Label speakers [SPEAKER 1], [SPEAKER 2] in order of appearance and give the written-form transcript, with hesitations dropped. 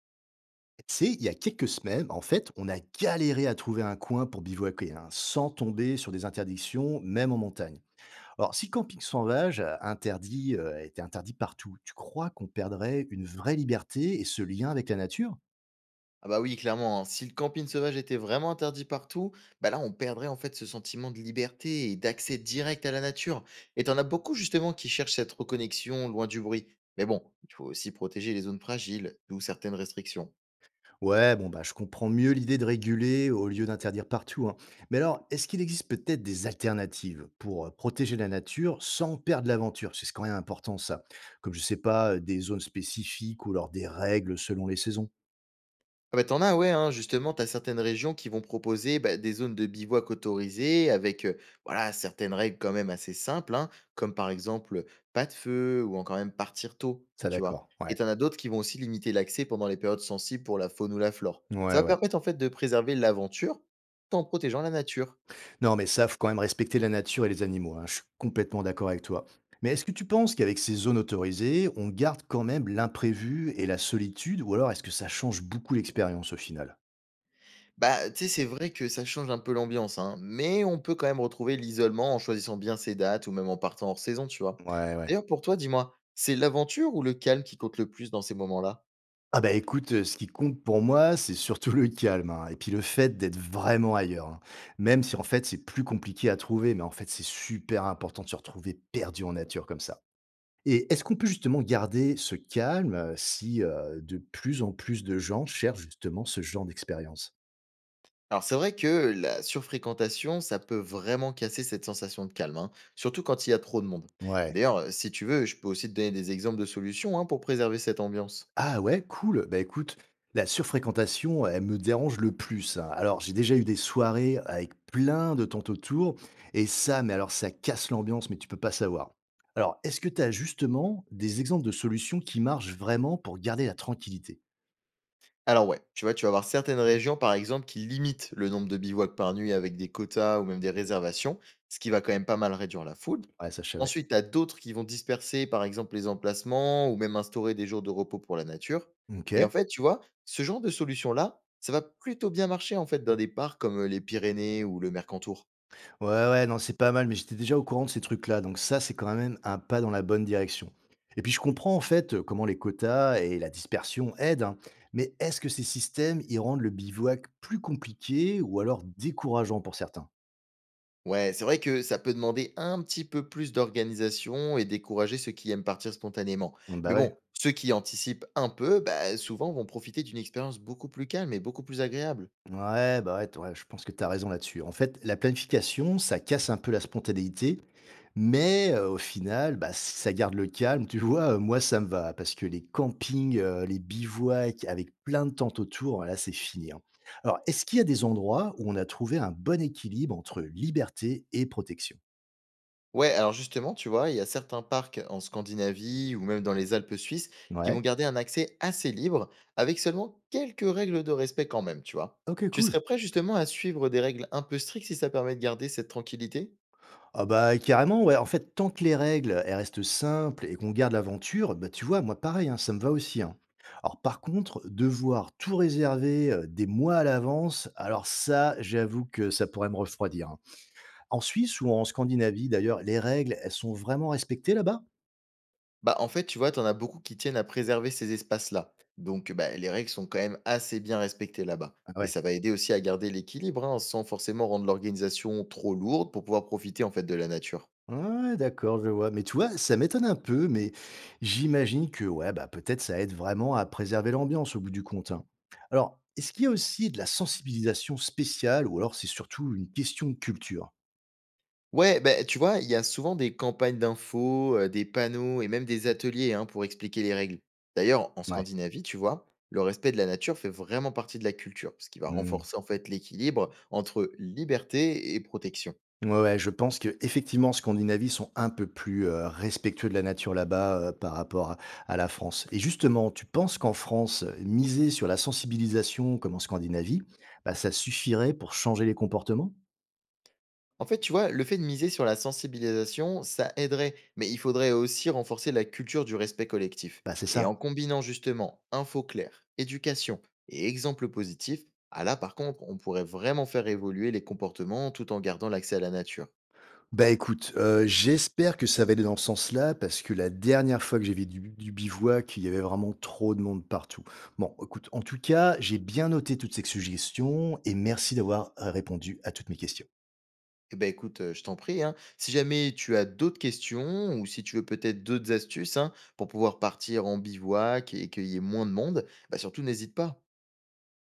[SPEAKER 1] Tu sais, il y a quelques semaines, en fait, on a galéré à trouver un coin pour bivouaquer, hein, sans tomber sur des interdictions, même en montagne. Alors, si le camping sauvage était interdit partout, tu crois qu'on perdrait une vraie liberté et ce lien avec la nature?
[SPEAKER 2] Ah bah oui, clairement, hein. Si le camping sauvage était vraiment interdit partout, bah là on perdrait en fait ce sentiment de liberté et d'accès direct à la nature. Et t'en as beaucoup justement qui cherchent cette reconnexion loin du bruit. Mais bon, il faut aussi protéger les zones fragiles, d'où certaines restrictions.
[SPEAKER 1] Ouais, bon, bah, je comprends mieux l'idée de réguler au lieu d'interdire partout, hein. Mais alors, est-ce qu'il existe peut-être des alternatives pour protéger la nature sans perdre l'aventure? C'est quand même important, ça. Comme, je sais pas, des zones spécifiques ou alors des règles selon les saisons.
[SPEAKER 2] Ah bah, tu as, ouais, hein, justement, t'as certaines régions qui vont proposer bah, des zones de bivouac autorisées avec voilà, certaines règles quand même assez simples, hein, comme par exemple pas de feu ou encore même partir tôt,
[SPEAKER 1] Ça,
[SPEAKER 2] tu vois.
[SPEAKER 1] d'accord. Ouais.
[SPEAKER 2] Et t'en as d'autres qui vont aussi limiter l'accès pendant les périodes sensibles pour la faune ou la flore. Ça
[SPEAKER 1] Ouais,
[SPEAKER 2] va
[SPEAKER 1] ouais.
[SPEAKER 2] permettre en fait de préserver l'aventure tout en protégeant la nature.
[SPEAKER 1] Non, mais ça, faut quand même respecter la nature et les animaux, hein. Je suis complètement d'accord avec toi. Mais est-ce que tu penses qu'avec ces zones autorisées, on garde quand même l'imprévu et la solitude, ou alors est-ce que ça change beaucoup l'expérience au final?
[SPEAKER 2] Bah, tu sais, c'est vrai que ça change un peu l'ambiance, hein, mais on peut quand même retrouver l'isolement en choisissant bien ses dates ou même en partant hors saison, tu vois.
[SPEAKER 1] Ouais, ouais.
[SPEAKER 2] D'ailleurs, pour toi, dis-moi, c'est l'aventure ou le calme qui compte le plus dans ces moments-là?
[SPEAKER 1] Ah bah écoute, ce qui compte pour moi, c'est surtout le calme, hein, et puis le fait d'être vraiment ailleurs, hein. Même si en fait c'est plus compliqué à trouver, mais en fait c'est super important de se retrouver perdu en nature comme ça. Et est-ce qu'on peut justement garder ce calme, si, de plus en plus de gens cherchent justement ce genre d'expérience?
[SPEAKER 2] Alors, c'est vrai que la surfréquentation, ça peut vraiment casser cette sensation de calme, hein, surtout quand il y a trop de monde.
[SPEAKER 1] Ouais.
[SPEAKER 2] Et d'ailleurs, si tu veux, je peux aussi te donner des exemples de solutions, hein, pour préserver cette ambiance.
[SPEAKER 1] Ah ouais, cool. Bah, écoute, la surfréquentation, elle me dérange le plus, hein. Alors, j'ai déjà eu des soirées avec plein de tantes autour et ça, mais alors ça casse l'ambiance, mais tu peux pas savoir. Alors, est-ce que tu as justement des exemples de solutions qui marchent vraiment pour garder la tranquillité?
[SPEAKER 2] Alors ouais, tu vois, tu vas avoir certaines régions, par exemple, qui limitent le nombre de bivouacs par nuit avec des quotas ou même des réservations, ce qui va quand même pas mal réduire la foule.
[SPEAKER 1] Ouais, ça je savais.
[SPEAKER 2] Ensuite, tu as d'autres qui vont disperser, par exemple, les emplacements ou même instaurer des jours de repos pour la nature.
[SPEAKER 1] OK.
[SPEAKER 2] Et en fait, tu vois, ce genre de solution-là, ça va plutôt bien marcher, en fait, dans des parcs comme les Pyrénées ou le Mercantour.
[SPEAKER 1] Ouais, ouais, non, c'est pas mal, mais j'étais déjà au courant de ces trucs-là, donc ça, c'est quand même un pas dans la bonne direction. Et puis je comprends en fait comment les quotas et la dispersion aident, hein, mais est-ce que ces systèmes, ils rendent le bivouac plus compliqué ou alors décourageant pour certains?
[SPEAKER 2] Ouais, c'est vrai que ça peut demander un petit peu plus d'organisation et décourager ceux qui aiment partir spontanément.
[SPEAKER 1] Bah
[SPEAKER 2] Mais
[SPEAKER 1] ouais.
[SPEAKER 2] bon, ceux qui anticipent un peu, bah, souvent vont profiter d'une expérience beaucoup plus calme et beaucoup plus agréable.
[SPEAKER 1] Ouais, bah ouais, t ouais, je pense que tu as raison là-dessus. En fait, la planification, ça casse un peu la spontanéité, mais au final, bah, si ça garde le calme, tu vois? Moi, ça me va parce que les campings, les bivouacs avec plein de tentes autour, là, c'est fini, hein. Alors, est-ce qu'il y a des endroits où on a trouvé un bon équilibre entre liberté et protection?
[SPEAKER 2] Ouais, alors justement, tu vois, il y a certains parcs en Scandinavie ou même dans les Alpes suisses qui vont
[SPEAKER 1] Ouais,
[SPEAKER 2] garder un accès assez libre avec seulement quelques règles de respect quand même, tu vois.
[SPEAKER 1] OK,
[SPEAKER 2] Tu
[SPEAKER 1] cool.
[SPEAKER 2] serais prêt justement à suivre des règles un peu strictes si ça permet de garder cette tranquillité?
[SPEAKER 1] Ah bah, carrément, ouais. En fait, tant que les règles, elles restent simples et qu'on garde l'aventure, bah, tu vois, moi, pareil, hein, ça me va aussi, hein. Alors, par contre, devoir tout réserver des mois à l'avance, alors ça, j'avoue que ça pourrait me refroidir, hein. En Suisse ou en Scandinavie, d'ailleurs, les règles, elles sont vraiment respectées là-bas?
[SPEAKER 2] Bah, en fait, tu vois, t'en as beaucoup qui tiennent à préserver ces espaces-là. Donc, bah, les règles sont quand même assez bien respectées là-bas.
[SPEAKER 1] Ah
[SPEAKER 2] Et
[SPEAKER 1] ouais.
[SPEAKER 2] ça va aider aussi à garder l'équilibre, hein, sans forcément rendre l'organisation trop lourde pour pouvoir profiter en fait de la nature.
[SPEAKER 1] Ouais, d'accord, je vois. Mais tu vois, ça m'étonne un peu, mais j'imagine que ouais, bah, peut-être ça aide vraiment à préserver l'ambiance au bout du compte, hein. Alors, est-ce qu'il y a aussi de la sensibilisation spéciale ou alors c'est surtout une question de culture?
[SPEAKER 2] Ouais, bah, tu vois, il y a souvent des campagnes d'infos, des panneaux et même des ateliers hein, pour expliquer les règles. D'ailleurs, en
[SPEAKER 1] Ouais.
[SPEAKER 2] Scandinavie, tu vois, le respect de la nature fait vraiment partie de la culture, ce qui va
[SPEAKER 1] Hmm.
[SPEAKER 2] renforcer en fait l'équilibre entre liberté et protection.
[SPEAKER 1] Ouais, ouais, je pense que effectivement, Scandinavie sont un peu plus respectueux de la nature là-bas par rapport à la France. Et justement, tu penses qu'en France, miser sur la sensibilisation comme en Scandinavie, bah, ça suffirait pour changer les comportements?
[SPEAKER 2] En fait, tu vois, le fait de miser sur la sensibilisation, ça aiderait, mais il faudrait aussi renforcer la culture du respect collectif.
[SPEAKER 1] Bah, c'est ça.
[SPEAKER 2] Et en combinant justement info claire, éducation et exemples positifs, ah là par contre, on pourrait vraiment faire évoluer les comportements tout en gardant l'accès à la nature.
[SPEAKER 1] Bah écoute, j'espère que ça va aller dans ce sens-là parce que la dernière fois que j'ai vu du bivouac, il y avait vraiment trop de monde partout. Bon, écoute, en tout cas, j'ai bien noté toutes ces suggestions et merci d'avoir, répondu à toutes mes questions.
[SPEAKER 2] Eh ben écoute, je t'en prie, hein, si jamais tu as d'autres questions ou si tu veux peut-être d'autres astuces hein, pour pouvoir partir en bivouac et qu'il y ait moins de monde, bah surtout n'hésite pas.